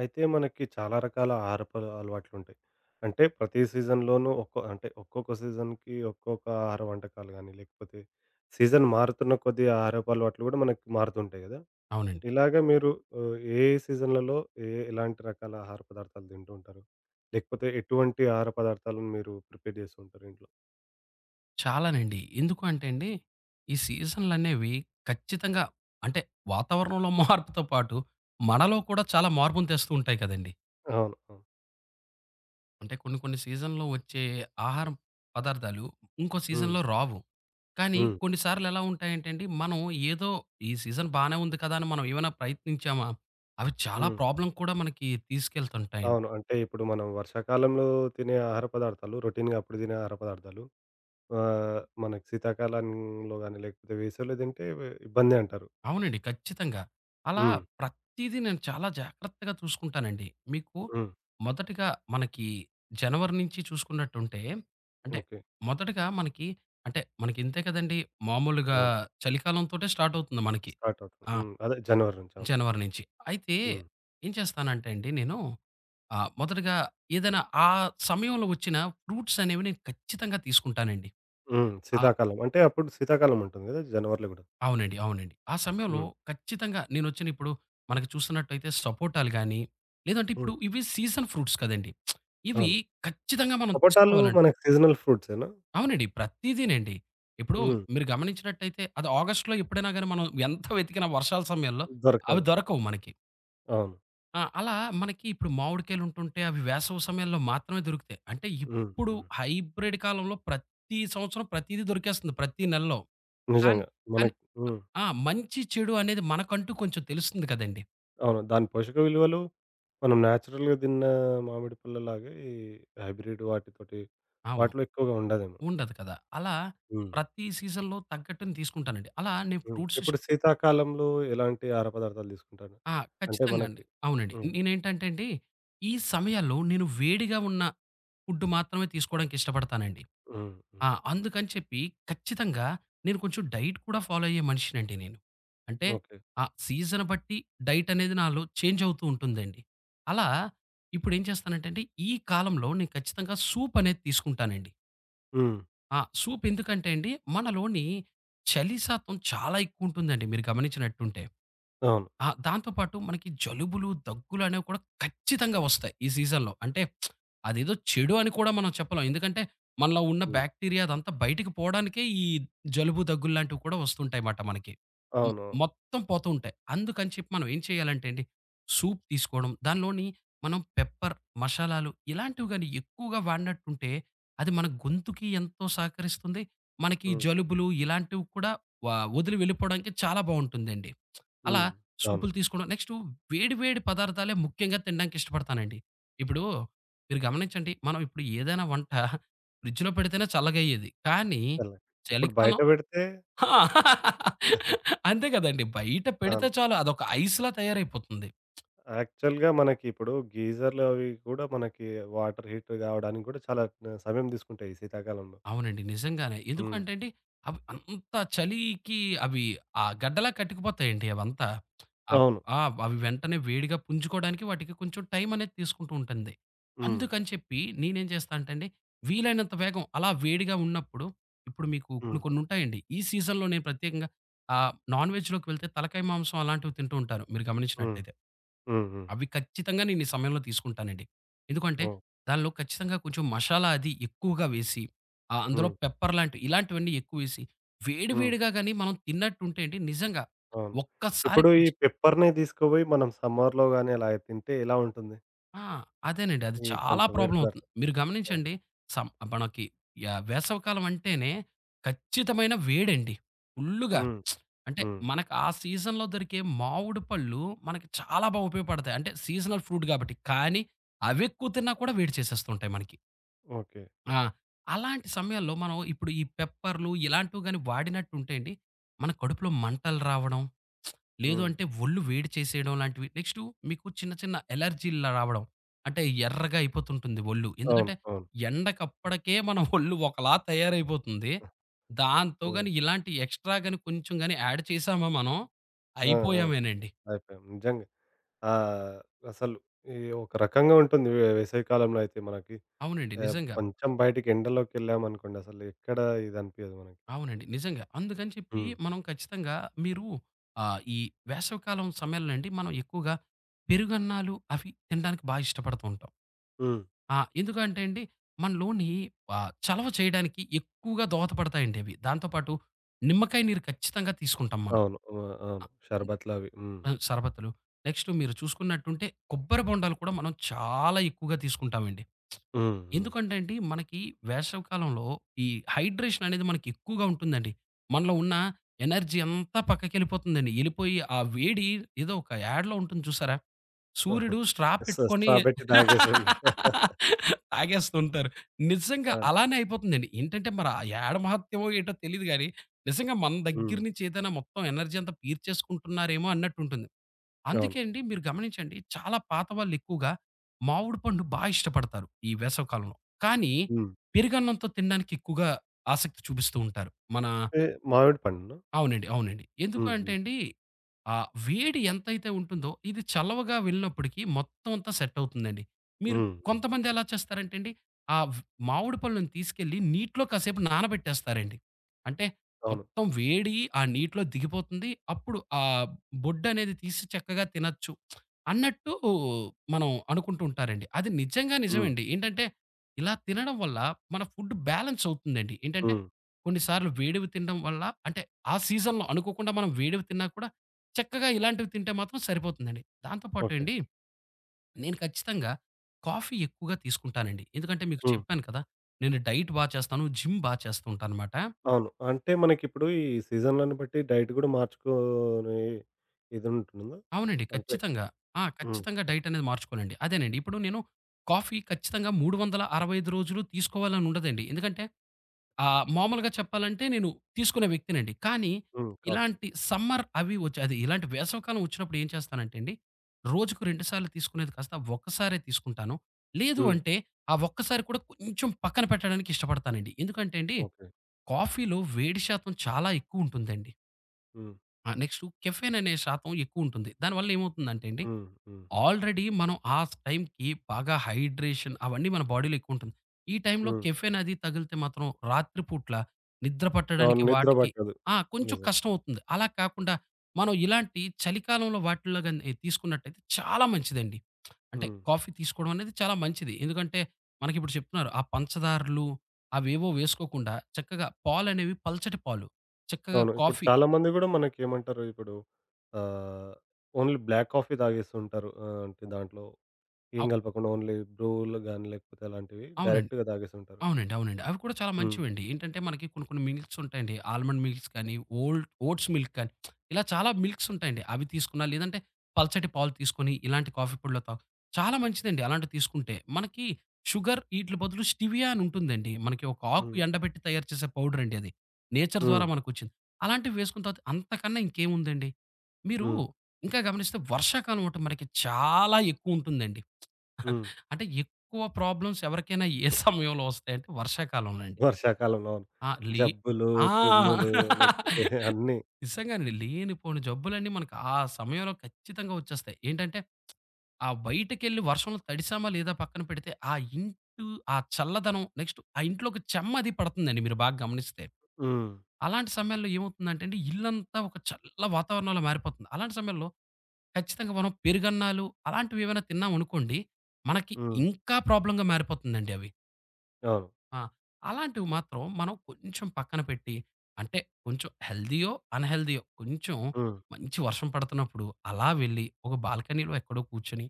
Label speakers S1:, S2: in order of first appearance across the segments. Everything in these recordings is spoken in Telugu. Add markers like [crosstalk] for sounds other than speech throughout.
S1: అయితే మనకి చాలా రకాల ఆహారపు అలవాట్లుంటాయి. అంటే ప్రతి సీజన్‌లోనూ ఒక్కో అంటే ఒక్కొక్క సీజన్‌కి ఒక్కొక్క ఆహార వంటకాలు గానీ, లేకపోతే సీజన్ మారుతున్న కొద్దీ ఆహారపు అలవాట్లు గూడా మనకి మారుతుంటాయి గదా!
S2: అవునండి.
S1: ఇలాగ మీరు ఏ సీజన్‌లలో ఎలాంటి రకాల ఆహార పదార్థాలు తింటూ ఉంటారు? లేకపోతే ఎటువంటి ఆహార పదార్థాలను మీరు ప్రిపేర్ చేస్తూ ఉంటారు ఇంట్లో?
S2: చాలానండి. ఎందుకు అంటే అండి, ఈ సీజన్‌లనేవి ఖచ్చితంగా, అంటే వాతావరణంలో మార్పుతో పాటు, మనలో కూడా చాలా మార్పును తెస్తూ ఉంటాయి కదండీ!
S1: అవును, అవును.
S2: అంటే కొన్ని కొన్ని సీజన్‌లో వచ్చే ఆహారం పదార్థాలు ఇంకో
S1: హ్మ్.
S2: సీజన్‌లో రావు. కానీ
S1: హ్మ్.
S2: కొన్ని సార్లు ఎలా ఉంటాయంటే అండి, మనం ఏదో ఈ సీజన్ బానే ఉంది కదా అని మనం ఏమైనా ప్రయత్నించామా, అవి చాలా
S1: హ్మ్.
S2: ప్రాబ్లమ్ కూడా మనకి తీసుకెళ్తుంటాయండి.
S1: అవును. అంటే ఇప్పుడు మనం వర్షాకాలంలో తినే ఆహార పదార్థాలు రొటీన్‌గా అప్పుడు తినే ఆహార పదార్థాలు మనకి శీతాకాలంలో గాని, లేకపోతే వేసవిలో తింటే ఇబ్బందే అంటారు.
S2: అవునండి. ఖచ్చితంగా. అలా
S1: హ్మ్.
S2: ప్రతీదీ నేను చాలా జాగ్రత్తగా చూసుకుంటానండి. మీకు
S1: హ్మ్.
S2: మొదటగా మనకి జనవరి నుంచి చూసుకున్నట్టుంటే, అంటే
S1: ఓకే.
S2: మొదటగా మనకి, అంటే మనకింతే కదండీ! మామూలుగా
S1: అవును.
S2: చలికాలంతోటే స్టార్ట్ అవుతుంది మనకి.
S1: స్టార్ట్ అవుతుంది.
S2: ఆ!
S1: హ్మ్. అదే జనవరి నుంచి. అవును.
S2: జనవరి నుంచి. అయితే
S1: హ్మ్.
S2: ఏం చేస్తానంటే అండి నేను, మొదటగా ఏదైనా ఆ సమయంలో వచ్చిన ఫ్రూట్స్ అనేవి నేను ఖచ్చితంగా తీసుకుంటానండి.
S1: హ్మ్. శీతాకాలం. అంటే అప్పుడు శీతాకాలం ఉంటుంది గదా! జనవరిలో గూడా.
S2: అవునండి. అవునండి. ఆ సమయంలో
S1: హ్మ్.
S2: ఖచ్చితంగా నేనొచ్చిన ఇప్పుడు మనకు చూస్తున్నట్టయితే సపోటాలు గాని, లేదంటే ఇప్పుడు
S1: హ్మ్.
S2: ఇవి సీజన్ ఫ్రూట్స్ కదండీ! ఇవి
S1: అవును.
S2: ఖచ్చితంగా మనం
S1: సపోటాలు
S2: తీసుకోవాలండి.
S1: మనకి సీజనల్ ఫ్రూట్సేనా?
S2: అవునండి. ప్రతీదీనండి. ఇప్పుడు
S1: హ్మ్.
S2: మీరు గమనించినట్టయితే అది ఆగస్ట్‌లో ఎప్పుడైనా గాని మనం ఎంత వెతికినా వర్షాల సమయంలో అవి
S1: దొరకదు.
S2: దొరకవు మనకి.
S1: అవును.
S2: ఆ! అలా మనకి ఇప్పుడు మామిడికాయలు ఉంటుంటే అవి వేసవి సమయంలో మాత్రమే దొరుకుతాయి. అంటే
S1: హ్మ్.
S2: ఇప్పుడు
S1: హ్మ్.
S2: హైబ్రిడ్ కాలంలో ప్రతి సంవత్సరం ప్రతీదీ దొరికేస్తుంది ప్రతి నెలలో. కానీ
S1: నిజంగా.
S2: కానీ
S1: మనకి హ్మ్.
S2: ఆ! మంచి, చెడు అనేది మనకంటూ కొంచెం తెలుస్తుంది కదండీ!
S1: అవును. దాని పోషక విలువలు మనం నేచురల్‌గా తిన్న మామిడి పళ్ళలాగే ఈ హైబ్రిడ్ వాటితోటి
S2: అవును.
S1: వాటిలో ఎక్కువగా ఉండదేమో.
S2: ఉండదు కదా! అలా
S1: హ్మ్.
S2: ప్రతి సీజన్‌లో తగ్గట్టుని తీసుకుంటానండి. అలా నేను
S1: హ్మ్.
S2: ఫ్రూట్స్
S1: ఇప్పుడు శీతాకాలంలో ఎలాంటి ఆహార పదార్థాలు తీసుకుంటారు?
S2: ఆ!
S1: అంటే
S2: ఖచ్చితంగా అండి.
S1: మనకి
S2: అవునండి.
S1: హ్మ్.
S2: నేనేంటంటే అండి, ఈ సమయాల్లో నేను వేడిగా ఉన్న ఫుడ్ మాత్రమే తీసుకోవడానికి ఇష్టపడతానండి.
S1: హ్మ్.
S2: ఆ!
S1: హ్మ్.
S2: అందుకని చెప్పి ఖచ్చితంగా నేను కొంచెం డైట్ కూడా ఫాలో అయ్యే మనిషినండి నేను. అంటే
S1: ఓకే.
S2: ఆ సీజన్ బట్టి డైట్ అనేది నాలో చేంజ్ అవుతూ ఉంటుందండి. అలా ఇప్పుడేం చేస్తానంటే అండి, ఈ కాలంలో నేను ఖచ్చితంగా సూప్ అనేది తీసుకుంటానండి.
S1: హ్మ్.
S2: ఆ! సూప్ ఎందుకంటే అండి, మనలోని చలి శాతం చాలా ఎక్కువ ఉంటుందండి మీరు గమనించినట్టుంటే.
S1: అవును.
S2: ఆ! దాంతో పాటు మనకి జలుబులు, దగ్గులనేవి కూడా ఖచ్చితంగా వస్తాయి ఈ సీజన్‌లో. అంటే అదేదో చెడు అని కూడా మనం చెప్పలేం. ఎందుకంటే మనలో ఉన్న
S1: హ్మ్.
S2: బ్యాక్టీరియా అదంతా బయటికి పోవడానికే ఈ జలుబు, దగ్గుల్లాంటివి కూడా వస్తుంటాయిమాట మనకి. హ్మ్.
S1: అవునవును.
S2: మొత్తం పోతూ ఉంటాయి. అందుకని చెప్పి మనం ఏం చేయాలంటే అండి, సూప్ తీసుకోవడం, దానిలోని మనం పెప్పర్, మషాలాలు ఇలాంటివి గాని ఎక్కువగా వాడినట్టుంటే అది మన గొంతుకి ఎంతో సహకరిస్తుంది. మనకి ఈ
S1: హ్మ్.
S2: జలుబులు ఇలాంటివి కూడా వ వదిలి వెళ్ళిపోవడానికి చాలా బావుంటుందండి. అలా
S1: హ్మ్. అవును.
S2: సూపులు తీసుకోవడం. నెక్స్టు వేడి వేడి పదార్థాలే ముఖ్యంగా తినడానికి ఇష్టపడతానండి. ఇప్పుడు మీరు గమనించండి. మనం ఇప్పుడు ఏదైనా వంట ఫ్రిడ్జ్‌లో పెడితేనే చల్లగయ్యేది. కానీ
S1: చల్లగా. ఇప్పుడు బయట
S2: చలికాలం
S1: పెడితే
S2: [laughs] ఆ! అంతే కదండీ. బయట పెడితే
S1: అవును.
S2: చాలు అదొక ఐస్‌లా తయారైపోతుంది.
S1: యాక్చువల్‌గా మనకి ఇప్పుడు గీజర్‌లు అవి కూడా మనకి వాటర్ హీట్ కావడానికి కూడా చాలా సమయం తీసుకుంటాయి ఈ శీతాకాలంలో.
S2: అవునండి. నిజంగానే.
S1: హ్మ్.
S2: ఎందుకంటే అండి, అవి అంత చలికి అవి ఆ గడ్డలా కట్టుకుపోతాయండి అవంతా. అప్
S1: అవును.
S2: ఆ! అవి వెంటనే వేడిగా పుంజుకోవడానికి వాటికి కొంచెం టైం అనేది తీసుకుంటూ ఉంటుంది.
S1: హ్మ్.
S2: అందుకని చెప్పి నేనేం చేస్తా అంటే అండి, వీలైనంత వేగం అలా వేడిగా ఉన్నప్పుడు ఇప్పుడు మీకు కొన్ని
S1: హ్మ్.
S2: కొన్ని ఉంటాయండి. ఈ సీజన్‌లో నేను ప్రత్యేకంగా నాన్ వెజ్‌లోకి వెళ్తే తలకాయ మాంసం అలాంటివి తింటూ ఉంటాను మీరు
S1: హ్మ్.
S2: గమనించినట్టయితే.
S1: హ్మ్. హ్మ్.
S2: అవి ఖచ్చితంగా నేను ఈ సమయంలో తీసుకుంటానండి. ఎందుకంటే
S1: ఓహ్!
S2: దానిలో ఖచ్చితంగా కొంచెం మసాలా అది ఎక్కువగా వేసి, అందులో
S1: హ్మ్.
S2: పెప్పర్ లాంటివి ఇలాంటివన్నీ ఎక్కువేసి వేడి
S1: హ్మ్.
S2: వేడిగా గాని మనం తిన్నట్టుంటే అండి నిజంగా
S1: అవును. ఇప్పుడు
S2: ఒక్కసారికి
S1: ఈ పెప్పర్‌ని తీసుకుపోయి మనం సమ్మర్‌లో గాని అలా తింటే ఎలా ఉంటుంది?
S2: ఆ! అదేనండి. అది
S1: ఈ
S2: చాలా
S1: కొంచెం
S2: ప్రాబ్లమ్ అవుతుంది.
S1: వేడుకలాడుతారు.
S2: మీరు
S1: ఆ!
S2: గమనించండి సం మనకి యాహ్! వేసవికాలం అంటేనే ఖచ్చితమైన వేడండి. ఫుల్లుగా.
S1: హ్మ్.
S2: అంటే
S1: హ్మ్.
S2: మనకు ఆ సీజన్‌లో దొరికే మామిడి పళ్ళు మనకి చాలా బాగా ఉపయోగపడతాయి. అంటే సీజనల్ ఫ్రూట్ గాబట్టి. కానీ అవెక్కువ తిన్నా కూడా వేడి చేసేస్తుంటాయి మనకి.
S1: ఓకే.
S2: ఆ! అలాంటి సమయాల్లో మనం ఇప్పుడు ఈ పెప్పర్‌లు ఇలాంటివి గాని వాడినట్టుంటే అండి, మన కడుపులో మంటలు రావడం, లేదు
S1: హ్మ్.
S2: అంటే ఒళ్ళు వేడి చేసేయడం లాంటివి. నెక్స్టు మీకు చిన్న చిన్న ఎలర్జీ‌ల్లా రావడం. అంటే ఎర్రగా అయిపోతుంటుంది ఒళ్ళు.
S1: అవును,
S2: ఎందుకంటే
S1: అవును.
S2: ఎండకప్పటికే మన ఒళ్ళు ఒకలా తయారైపోతుంది. దాంతో
S1: ఏ
S2: గాని ఇలాంటి ఎక్స్‌ట్రా గాని కొంచెం గాని యాడ్ చేసామా మనం
S1: ఆ! ఆ!
S2: అయిపోయామేనండి.
S1: అయిపోయాం. నిజంగా. ఆహ్, అసలు ఈ ఒక రకంగా ఉంటుంది వేసవి కాలంలో అయితే మనకి.
S2: అవునండి. నిజంగా.
S1: కొంచెం బయటికి ఎండలోకెళ్ళామనుకోండి అసలు ఎక్కడ ఇదనిపియదు మనకి.
S2: అవునండి. నిజంగా. అందుకని చెప్పి
S1: హ్మ్.
S2: మనం ఖచ్చితంగా మీరు ఈ వేసవికాలం సమయంలో అండి మనం ఎక్కువగా పెరుగన్నాలు అవి తినడానికి బా ఇష్టపడుతూ ఉంటాం.
S1: హ్మ్.
S2: ఆ! ఎందుకంటే అండి, మనలోని చలవ చేయడానికి ఎక్కువగా దోహదపడతాయండి అవి. దాంతో పాటు నిమ్మకాయ నీరు ఖచ్చితంగా తీసుకుంటాం మనం.
S1: అవును. ఆ! అవును.
S2: ఆహ్,
S1: షర్బత్‌లవి. హ్మ్.
S2: హ్మ్. సరబత్తులు. నెక్స్ట్ మీరు చూసుకున్నట్టుంటే కొబ్బరి బొండాలు కూడా మనం చాలా ఎక్కువగా తీసుకుంటామండి.
S1: హ్మ్. హ్మ్.
S2: ఎందుకంటే అండి, మనకి వేసవికాలంలో ఈ హైడ్రేషన్ అనేది మనకి ఎక్కువగా ఉంటుందండి. మనలో ఉన్న ఎనర్జీ అంతా పక్కకెళ్ళిపోతుందండి. ఎళ్ళిపోయి ఆ వేడి ఏదో ఒక యాడ్‌లో ఉంటుంది చూసారా? సూర్యుడు
S1: [laughs]
S2: స్ట్రా పెట్టుకొని
S1: స్ట్రా పెట్టి తాగేసుండే. [laughs]
S2: [laughs] తాగేస్తుంటారు. నిజంగా
S1: అవును.
S2: అలానే అయిపోతుందండి. ఏంటంటే మరి ఆ యాడ మహత్యమో ఏంటో తెలీదు గానీ, నిజంగా మన దగ్గర
S1: హ్మ్.
S2: నుంచి ఏదైనా మొత్తం ఎనర్జీ అంతా పీల్చేసుకుంటున్నారేమో అన్నట్టుంటుంది.
S1: అవును.
S2: అందుకే అండి మీరు గమనించండి చాలా పాత వాళ్ళు ఎక్కువగా మామిడి పండు బా ఇష్టపడతారు ఈ వేసవి కాలంలో. కానీ
S1: హ్మ్.
S2: పెరుగన్నంతో తినడానికి ఎక్కువగా ఆసక్తి చూపిస్తూ ఉంటారు. మన
S1: ఏ మామిడి పండునా?
S2: అవునండి. అవునండి. ఎందుకు
S1: హ్మ్.
S2: అంటే
S1: హ్మ్.
S2: అండి, వేడి ఎంతైతే ఉంటుందో, ఇది చల్లవగా వెళ్ళినప్పటికి మొత్తం అంతా సెట్ అవుతుందండి. మీరు
S1: హ్మ్. హ్మ్.
S2: కొంతమంది ఎలా చేస్తారంటే అండి, ఆ వ్ మామిడి పళ్ళుని తీసుకెళ్ళి నీటిలో కాసేపు నానబెట్టేస్తారండి. అంటే
S1: అవును.
S2: మొత్తం వేడి ఆ నీటిలో దిగిపోతుంది. అప్పుడు ఆ బొడ్డనేది తీసి చక్కగా తినొచ్చు అన్నట్టు మనం అనుకుంటూ ఉంటారండి. అది నిజంగా
S1: హ్మ్.
S2: నిజమండి. ఏంటంటే ఇలా తినడం వల్ల మన ఫుడ్ బ్యాలెన్స్ అవుతుందండి. ఏంటంటే
S1: హ్మ్.
S2: కొన్ని సార్లు వేడివి తినడం వల్ల, అంటే ఆ సీజన్‌లో అనుకోకుండా మనం వేడివి తిన్నా కూడా, చక్కగా ఇలాంటివి తింటే మాత్రం సరిపోతుందండి. దాంతో పాటు
S1: ఓకే.
S2: అండి నేను ఖచ్చితంగా కాఫీ ఎక్కువగా తీసుకుంటానండి. ఎందుకంటే మీకు
S1: హ్మ్.
S2: చెప్పాను కదా! నేను డైట్ బా చేస్తాను. జిమ్ బా చేస్తూ ఉంటానన్నమాట.
S1: అవును. అంటే మనకిప్పుడు ఈ సీజన్‌లను బట్టి డైట్ గూడా మార్చుకోనే ఇదుంటుందా?
S2: అవునండి.
S1: అంటే
S2: ఖచ్చితంగా. ఆ!
S1: హ్మ్.
S2: ఖచ్చితంగా డైట్ అనేది మార్చుకోవాలండి. అదేనండి. ఇప్పుడు నేను కాఫీ ఖచ్చితంగా 365 రోజులు తీసుకోవాలని ఉండదండి. ఎందుకంటే మామూలుగా చెప్పాలంటే నేను తీసుకునే వ్యక్తినండి. కానీ
S1: హ్మ్. కాఫీ.
S2: ఇలాంటి సమ్మర్ అవి వచ్చి అది ఇలాంటి వేసవికాలం వచ్చినప్పుడు ఏం చేస్తానంటే అండి, రోజుకు 2 సార్లు తీసుకునేది కాస్త ఒక్కసారే తీసుకుంటాను. లేదు
S1: హ్మ్.
S2: అంటే ఆ ఒక్కసారి కూడా కొంచెం పక్కన పెట్టడానికి ఇష్టపడతానండి. ఎందుకంటే అండి,
S1: ఓకే.
S2: కాఫీలో వేడి శాతం చాలా ఎక్కువుంటుందండి.
S1: హ్మ్.
S2: ఆహ్, నెక్స్టు కెఫెన్ అనే శాతం ఎక్కువుంటుంది. దానివల్ల ఏమవుతుందంటే అండి
S1: హ్మ్. హ్మ్.
S2: ఆల్రెడీ మనం ఆ టైంకి బాగా హైడ్రేషన్ అవన్నీ మన బాడీలో ఎక్కువుంటుంది. ఈ టైంలో
S1: హ్మ్.
S2: కెఫెన్ అది తగిలితే మాత్రం రాత్రి పూట్ల నిద్ర
S1: అవును.
S2: పట్టడానికి
S1: నిద్ర
S2: వాటికి
S1: పట్టదు.
S2: ఆ! కొంచెం
S1: నిజం.
S2: కష్టమవుతుంది. అలా కాకుండా మనం ఇలాంటి చలికాలంలో వాటిల్లో గాని తీసుకున్నట్టయితే చాలా మంచిదండి. అంటే
S1: హ్మ్.
S2: కాఫీ తీసుకోవడం అనేది చాలా మంచిది. ఎందుకంటే మనకిప్పుడు చెప్తున్నారు ఆ పంచదారలు అవేవో వేసుకోకుండా చక్కగా పాలనేవి పల్చటి పాలు. చక్కగా
S1: అవును. ఇప్పుడు
S2: కాఫీ
S1: చాలా మంది గూడా మనకేమంటారు ఇప్పుడు ఆహ్, ఓన్లీ బ్లాక్ కాఫీ తాగేస్తుంటారు. అంటే దాంట్లో ఏం
S2: అవ్
S1: కలపకుండా ఓన్లీ బ్రూలు గాని లేకపోతే అలాంటివి
S2: అవునండి.
S1: డైరెక్ట్‌గా తాగేస్తుంటారు.
S2: అవునండి. అవునండి. అవి కూడా చాలా
S1: హ్మ్.
S2: మంచివండి. ఏంటంటే మనకి కొన్ని కొన్ని మిల్క్స్ ఉంటాయండి. ఆల్మండ్ మిల్క్స్ కానీ, ఓల్డ్ ఓట్స్ మిల్క్ కానీ, ఇలా చాలా మిల్క్స్ ఉంటాయండి. అవి తీసుకున్నా లేదంటే పల్చటి పాలు తీసుకొని ఇలాంటి కాఫీ పొడిలో తాగు చాలా మంచిదండి అలాంటివి తీసుకుంటే. మనకి షుగర్ ఈట్లి బదులు స్టివియా అని ఉంటుందండి. మనకి ఒక ఆకు
S1: హ్మ్.
S2: ఎండబెట్టి తయారు చేసే పౌడర్ అండి అది. నేచర్ ద్వారా
S1: హ్మ్.
S2: మనకొచ్చింది. అలాంటివి వేసుకున్న తర్వాత అంతకన్నా ఇంకేముందండి. మీరు
S1: హ్మ్.
S2: ఇంకా గమనిస్తే వర్షాకాలం ఒకటి మనకి చాలా ఎక్కువ ఉంటుందండి.
S1: హ్మ్.
S2: అంటే ఎక్కువ ప్రాబ్లమ్స్ ఎవరికైనా ఏ సమయంలో వస్తాయంటే వర్షాకాలంలోనండి.
S1: వర్షాకాలంలో. అవును.
S2: ఆ! లే
S1: జబ్బులు,
S2: ఆ!
S1: తుమ్ములు లేకపోతే అన్నీ.
S2: నిజంగానండి. లేనిపోని జబ్బులన్నీ మనకు ఆ సమయంలో ఖచ్చితంగా వచ్చేస్తాయి. ఏంటంటే, ఆ బయటకెళ్ళి వర్షంలో తడిసామా లేదా పక్కన పెడితే, ఆ చల్లదనం నెక్స్ట్ ఆ ఇంట్లోకి చెమ్మ అది పడుతుందండి మీరు బాగా గమనిస్తే.
S1: హ్మ్.
S2: అలాంటి సమయాల్లో ఏమవుతుందంటే అండి, ఇల్లంతా ఒక చల్ల వాతావరణంలో మారిపోతుంది. అలాంటి సమయంలో ఖచ్చితంగా మనం పెరుగన్నాలు అలాంటివి ఏమైనా తిన్నామనుకోండి, మనకి
S1: హ్మ్.
S2: ఇంకా ప్రాబ్లమ్‌గా మారిపోతుందండి అవి.
S1: అవును.
S2: ఆ! అలాంటివి మాత్రం మనం కొంచెం పక్కన పెట్టి, అంటే కొంచెం హెల్తీయో, అన్‌హెల్తీయో కొంచెం
S1: హ్మ్.
S2: మంచి వర్షం పడుతున్నప్పుడు అలా వెళ్ళి ఒక బాల్కనీలో ఎక్కడో కూర్చొని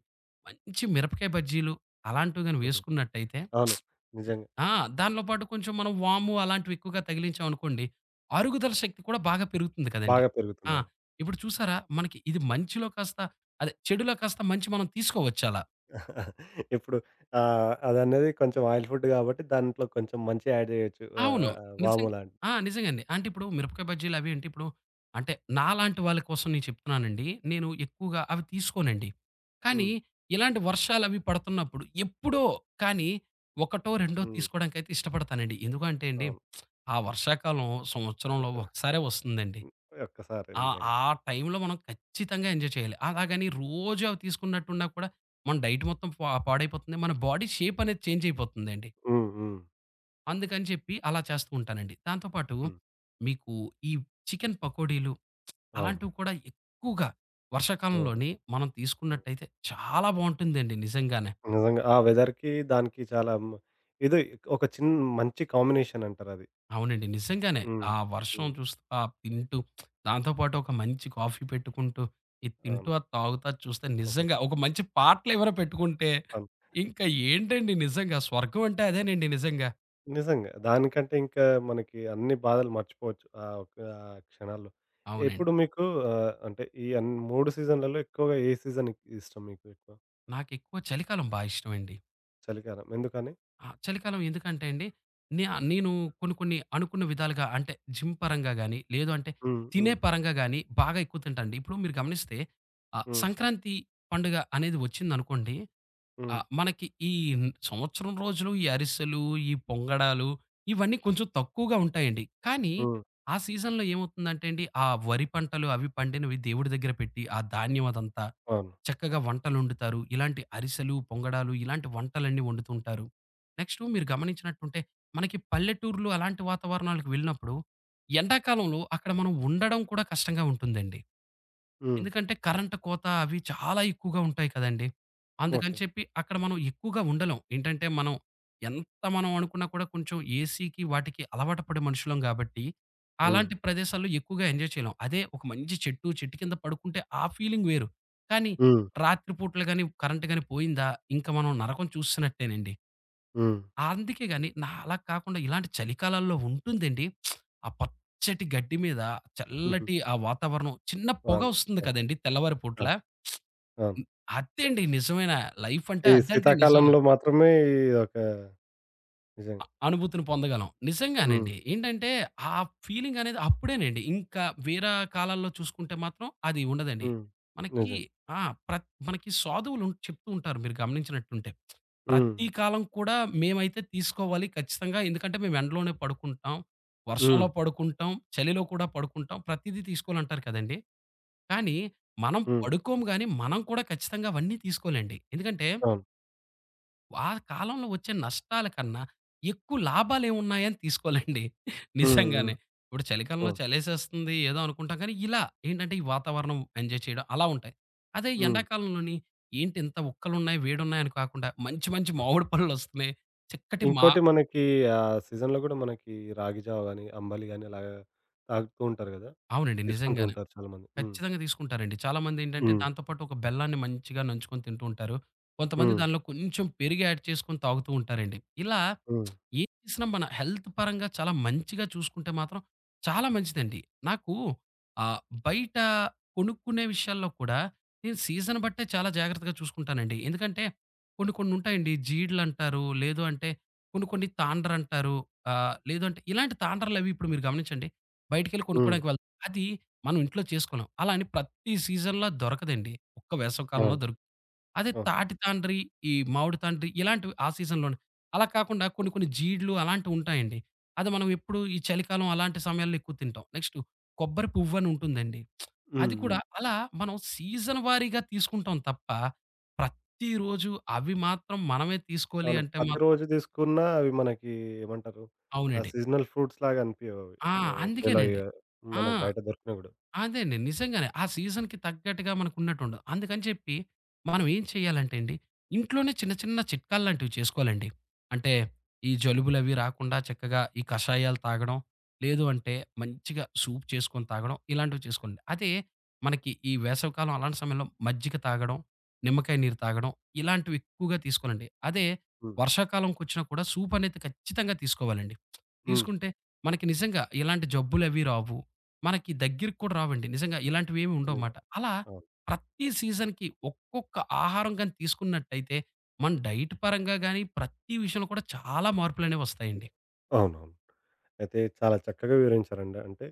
S2: మంచి మిరపకాయ బజ్జీలు అలాంటివి గాని
S1: హుహు.
S2: వేసుకున్నట్టయితే
S1: అవును. నిజంగా.
S2: ఆ! దానిలో పాటు కొంచెం మనం వాము అలాంటివి ఎక్కువగా తగిలించామనుకోండి, అరుగుదల శక్తి కూడా బాగా పెరుగుతుంది కదండీ!
S1: బాగా
S2: ఆ!
S1: పెరుగుతుంది. అవును.
S2: ఇప్పుడు చూసారా? మనకి ఇది మంచిలో కాస్త, అదే చెడులో కాస్త మంచి మనం తీసుకోవచ్చలా.
S1: [laughs] ఇప్పుడు అదనేది కొంచెం ఆయిల్ ఫుడ్ గాబట్టి దాంట్లో కొంచెం మంచి యాడ్ జేయొచ్చు.
S2: అవును.
S1: ఆహ్, ఆహ్, వాము
S2: నిజంగా
S1: లాంటి
S2: ఆ! నిజంగండి. అంటే ఇప్పుడు మిరపకాయ బజ్జీలు అవి అంటే ఇప్పుడు, అంటే నాలాంటి వాళ్ళ కోసం నేను చెప్తున్నానండి. నేను ఎక్కువగా అవి తీసుకోనండి. కానీ
S1: హ్మ్.
S2: ఇలాంటి వర్షాలవి పడుతున్నప్పుడు ఎప్పుడో కానీ ఒకటో, రెండో
S1: హ్మ్.
S2: తీసుకోవడానికైతే ఇష్టపడతానండి. ఎందుకంటే అండి
S1: అవును.
S2: ఆ వర్షాకాలం సంవత్సరంలో
S1: [laughs]
S2: ఒకసారే వస్తుందండి.
S1: హ్మ్. ఒక్కసారి
S2: ఆ ఆ
S1: నిజంగా.
S2: టైంలో మనం ఖచ్చితంగా ఎంజాయ్ చేయాలి. అలాగని రోజు అవి తీసుకున్నట్టున్నా కూడా మన డైట్ మొత్తం పాడైపోతుంది. మన బాడీ షేప్ అనేది చేంజ్ అయిపోతుందండి.
S1: హ్మ్. హ్మ్.
S2: అందుకని చెప్పి అలా చేస్తూ ఉంటానండి. దాంతో పాటు
S1: హ్మ్.
S2: మీకు ఈ చికెన్ పకోడీలు
S1: అవును.
S2: అలాంటివి కూడా ఎక్కువగా
S1: ఆ!
S2: వర్షాకాలంలోని మనం
S1: హ్మ్.
S2: తీసుకున్నట్టయితే చాలా బావుంటుందండి నిజంగానే.
S1: నిజంగా. ఆ వెదర్‌కి దానికి చాలా ఇది ఒక చిన్ మంచి కాంబినేషన్ అంటారది.
S2: అవునండి. నిజంగానే.
S1: హ్మ్.
S2: ఆ వర్షం
S1: హ్మ్.
S2: చూస్తూ, ఆ తింటూ దాంతో పాటు ఒక మంచి కాఫీ పెట్టుకుంటూ, ఇది తింటూ,
S1: అవును.
S2: అది తాగుతా చూస్తే నిజంగా ఒక మంచి పాటలెవరో పెట్టుకుంటే
S1: ఆ!
S2: ఇంకా ఏంటండి నిజంగా స్వర్గం అంటే అదేనండి నిజంగా.
S1: నిజంగా. దానికంటే ఇంకా మనకి అన్ని బాధలు మర్చిపోవచ్చు ఆ ఒక్క క్షణాల్లో. ఎప్పుడు
S2: అవునండి.
S1: మీకు అంటే ఈ 3 సీజన్‌లలో ఎక్కువగా ఏ సీజన్ ఇష్టం మీకు ఎక్కువ?
S2: నాకెక్కువ చలికాలం బా ఇష్టమండి.
S1: చలికాలం. ఎందుకని?
S2: ఆ! చలికాలం ఎందుకంటే అండి, నేను కొన్ని కొన్ని అనుకున్న విధాలుగా, అంటే జిమ్ పరంగా గాని, లేదు అంటే
S1: హ్మ్.
S2: తినే
S1: హ్మ్.
S2: పరంగా గాని బాగా ఎక్కువ తింటానండి. ఇప్పుడు మీరు గమనిస్తే
S1: హ్మ్.
S2: సంక్రాంతి పండుగ అనేది వచ్చిందనుకోండి,
S1: హ్మ్.
S2: మనకి ఈ సంవత్సరం రోజులు ఈ అరిసెలు, ఈ పొంగడాలు ఇవన్నీ కొంచెం తక్కువగా ఉంటాయండి. కానీ
S1: హ్మ్.
S2: ఆ సీజన్‌లో ఏమవుతుందంటే అండి, ఆ వరి పంటలు అవి పండినవి దేవుడి దగ్గర పెట్టి, ఆ ధాన్యం అదంతా
S1: అవును.
S2: చక్కగా వంటలొండుతారు. ఇలాంటి అరిసెలు, పొంగడాలు ఇలాంటి వంటలన్నీ వండుతుంటారు. నెక్స్టు మీరు గమనించినట్టుంటే మనకి పల్లెటూర్లు అలాంటి వాతావరణాలకు వెళ్ళినప్పుడు ఎండాకాలంలో అక్కడ మనం ఉండడం కూడా కష్టంగా ఉంటుందండి.
S1: హ్మ్.
S2: ఎందుకంటే కరెంట్ కోత అవి చాలా ఎక్కువగా ఉంటాయి కదండీ! అందుకని
S1: ఓకే.
S2: చెప్పి అక్కడ మనం ఎక్కువగా ఉండలేం. ఏంటంటే మనం ఎంత అనుకున్నా కూడా కొంచెం ఏసీకి వాటికి అలవాటు పడే మనుషులం గాబట్టి,
S1: హ్మ్.
S2: అలాంటి ప్రదేశాల్లో ఎక్కువగా ఎంజాయ్ చేయలేం. అదే ఒక మంచి చెట్టు, చెట్టు కింద పడుకుంటే ఆ ఫీలింగ్ వేరు. కానీ
S1: హ్మ్.
S2: రాత్రి పూటలు గాని, కరెంట్ గాని పోయిందా, ఇంక మనం నరకం చూసినట్టేనండి.
S1: హ్మ్.
S2: అందుకే గాని నా అలా కాకుండా ఇలాంటి చలికాలాల్లో ఉంటుందండి. ఆ పచ్చటి గడ్డి మీద చల్లటి
S1: [laughs]
S2: ఆ వాతావరణం చిన్న పొగ
S1: అవును,
S2: వస్తుంది
S1: అవును,
S2: కదండీ తెల్లవారి పూట్ల.
S1: అవును, అవును.
S2: అదండి నిజమైన లైఫ్ అంటే
S1: ఈ
S2: అదంటే నిజమేన.
S1: శీతాకాలంలో మాత్రమే ఈ ఒక నిజంగా.
S2: అనుభూతిని పొందగలం.
S1: హ్మ్.
S2: నిజంగానండి. ఏంటంటే, ఆ ఫీలింగ్ అనేది అప్పుడేనండి. ఇంకా వేరే కాలాల్లో చూసుకుంటే మాత్రం అది ఉండదండి.
S1: హ్మ్.
S2: మనకి
S1: నిజం.
S2: ఆ! మనకి సాధువులు ఉం- చెప్తూ ఉంటారు మీరు గమనించినట్టుంటే.
S1: హ్మ్.
S2: ప్రతి కాలం కూడా మేమైతే తీసుకోవాలి ఖచ్చితంగా. ఎందుకంటే, మేము ఎండలోనే పడుకుంటాం, వర్షంలో
S1: హ్మ్.
S2: పడుకుంటాం, చలిలో కూడా పడుకుంటాం. ప్రతీదీ తీసుకోవాలంటారు కదండీ! కానీ, మనం
S1: హ్మ్.
S2: పడుకోము గానీ, మనం కూడా ఖచ్చితంగా అవన్నీ తీసుకోలేండి. ఎందుకంటే
S1: అవును.
S2: ఆ కాలంలో వచ్చే నష్టాల కన్నా ఎక్కువ లాభాలేమున్నాయని తీసుకోవాలండి.
S1: హ్మ్. హ్మ్.
S2: నిజంగానే. ఇప్పుడు చలికాలంలో
S1: అవును.
S2: చలేసేస్తుంది ఏదో అనుకుంటాం కానీ, ఇలా ఏంటంటే ఈ వాతావరణం ఎంజాయ్ చేయడం అలా ఉంటాయి. అదే
S1: హ్మ్.
S2: ఎండాకాలంలోని ఏంటి ఇంత ఉక్కలున్నాయి, వేడున్నాయని కాకుండా మంచి మంచి మామిడి పళ్ళొస్తున్నాయి. చక్కటి మా
S1: ఇంకోటి మనకి ఆ సీజన్‌లో గూడా మనకి రాగి జావ గాని, అంబలి గాని అలాగా తాగుతూ ఉంటారు గదా!
S2: అవునండి.
S1: తీసుకుంటూ
S2: నిజంగానే.
S1: ఉంటారు చాలామంది. హ్మ్.
S2: ఖచ్చితంగా తీసుకుంటారండి. చాలామంది ఏంటంటే
S1: హ్మ్.
S2: దాంతో పాటు ఒక బెల్లాన్ని మంచిగా నంచుకొని తింటూ ఉంటారు. కొంతమంది
S1: హ్మ్.
S2: దానిలో కొంచెం పెరుగు యాడ్ చేసుకొని తాగుతూ ఉంటారండి. ఇలా
S1: హ్మ్.
S2: ఏం చేసినా మన హెల్త్ పరంగా చాలా మంచిగా చూసుకుంటే మాత్రం చాలా మంచిదండి. నాకు ఆహ్, బయట కొనుక్కునే విషయాల్లో కూడా నేను సీజన్ బట్టే చాలా జాగ్రత్తగా చూసుకుంటానండి. ఎందుకంటే కొన్ని కొన్ని ఉంటాయండి. జీడలంటారు. లేదు అంటే కొన్ని కొన్ని తాండ్రంటారు. లేదు అంటే ఇలాంటి తాండ్రలవి ఇప్పుడు మీరు గమనించండి. బయటికెళ్ళి
S1: హ్మ్.
S2: కొనుక్కోవడానికి వెళ్తాం. అది మనం ఇంట్లో చేసుకోలేం. అలా అని ప్రతి సీజన్‌లో దొరకదండి. ఒక్క వేసవి కాలంలో
S1: అవును.
S2: దొరుకుతుంది. అదే
S1: అవును.
S2: తాటి తాండ్రి, ఈ మామిడి తాండ్రి ఇలాంటివి ఆ సీజన్‌లోనే. అలా కాకుండా కొన్ని కొన్ని జీడ్లు అలాంటివి ఉంటాయండి. అది మనం ఎప్పుడు ఈ చలికాలం అలాంటి సమయాల్లో ఎక్కువ తింటాం. నెక్స్టు కొబ్బరి పువ్వని ఉంటుందండి. అది
S1: హ్మ్. హ్మ్.
S2: కూడా హ్మ్. అలా మనం సీజన్ వారీగా తీసుకుంటాం తప్ప, ప్రతిరోజు అవి మాత్రం మనమే తీసుకోవాలి
S1: అవును.
S2: అంటే మాత్రం
S1: ప్రతిరోజు తీసుకున్నా అవి మనకి ఏమంటారు? ఆ
S2: అవునండి.
S1: సీజనల్ ఫ్రూట్స్ లాగా అనిపియవు అవి.
S2: ఆ!
S1: ఒకవేళ
S2: అందుకేనండి.
S1: ఇగ
S2: ఆ!
S1: మనకు బయట దొరికినా గూడా.
S2: అదేండి. నిజంగానే. ఆ సీజన్‌కి తగ్గట్టుగా మనకున్నట్టుండదు. అందుకని చెప్పి మనం ఏం చేయాలంటే అండి, ఇంట్లోనే చిన్న చిన్న చిట్కాల్లాంటివి చేసుకోవాలండి. అంటే ఈ జలుబులవి రాకుండా చక్కగా ఈ కషాయాలు తాగడం, లేదు అంటే మంచిగా సూప్ చేసుకొని తాగడం ఇలాంటివి చేసుకోండి. అదే మనకి ఈ వేసవికాలం అలాంటి సమయంలో మజ్జిగ తాగడం, నిమ్మకాయ నీరు తాగడం ఇలాంటివి ఎక్కువగా తీసుకోవాలండి. అదే
S1: హ్మ్.
S2: వర్షాకాలంకొచ్చినా కూడా సూప్ అనేది ఖచ్చితంగా తీసుకోవాలండి.
S1: హ్మ్.
S2: తీసుకుంటే మనకి నిజంగా ఇలాంటి జబ్బులవి రావు. మనకి దగ్గరికి కూడా రావండి. నిజంగా ఇలాంటివేమి
S1: నిజం.
S2: ఉండవుమాట. అలా
S1: అవును.
S2: ప్రతి సీజన్‌కి ఒక్కొక్క ఆహారం గాని తీసుకున్నట్టయితే, మన డైట్ పరంగా గాని, ప్రతి విషయంలో కూడా చాలా మార్పులనేవొస్తాయండి.
S1: అవునవును. అయితే చాలా చక్కగా వివరించారండి. అంటే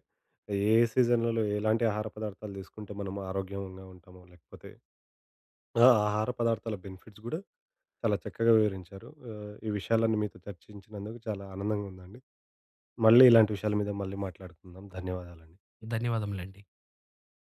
S1: ఏ సీజన్‌లలో ఎలాంటి ఆహార పదార్థాలు తీసుకుంటే మనం ఆరోగ్యంగా ఉంటామో, లేకపోతే ఆ! ఆహార పదార్థాల బెనిఫిట్స్ గూడా చాలా చక్కగా వివరించారు. ఈ విషయాలన్నీ మీతో చర్చించినందుకు చాలా ఆనందంగా ఉందండి. మళ్ళీ ఇలాంటి విషయాల మీద మళ్ళీ మాట్లాడుకుందాం. ధన్యవాదాలండి.
S2: ధన్యవాదములండి.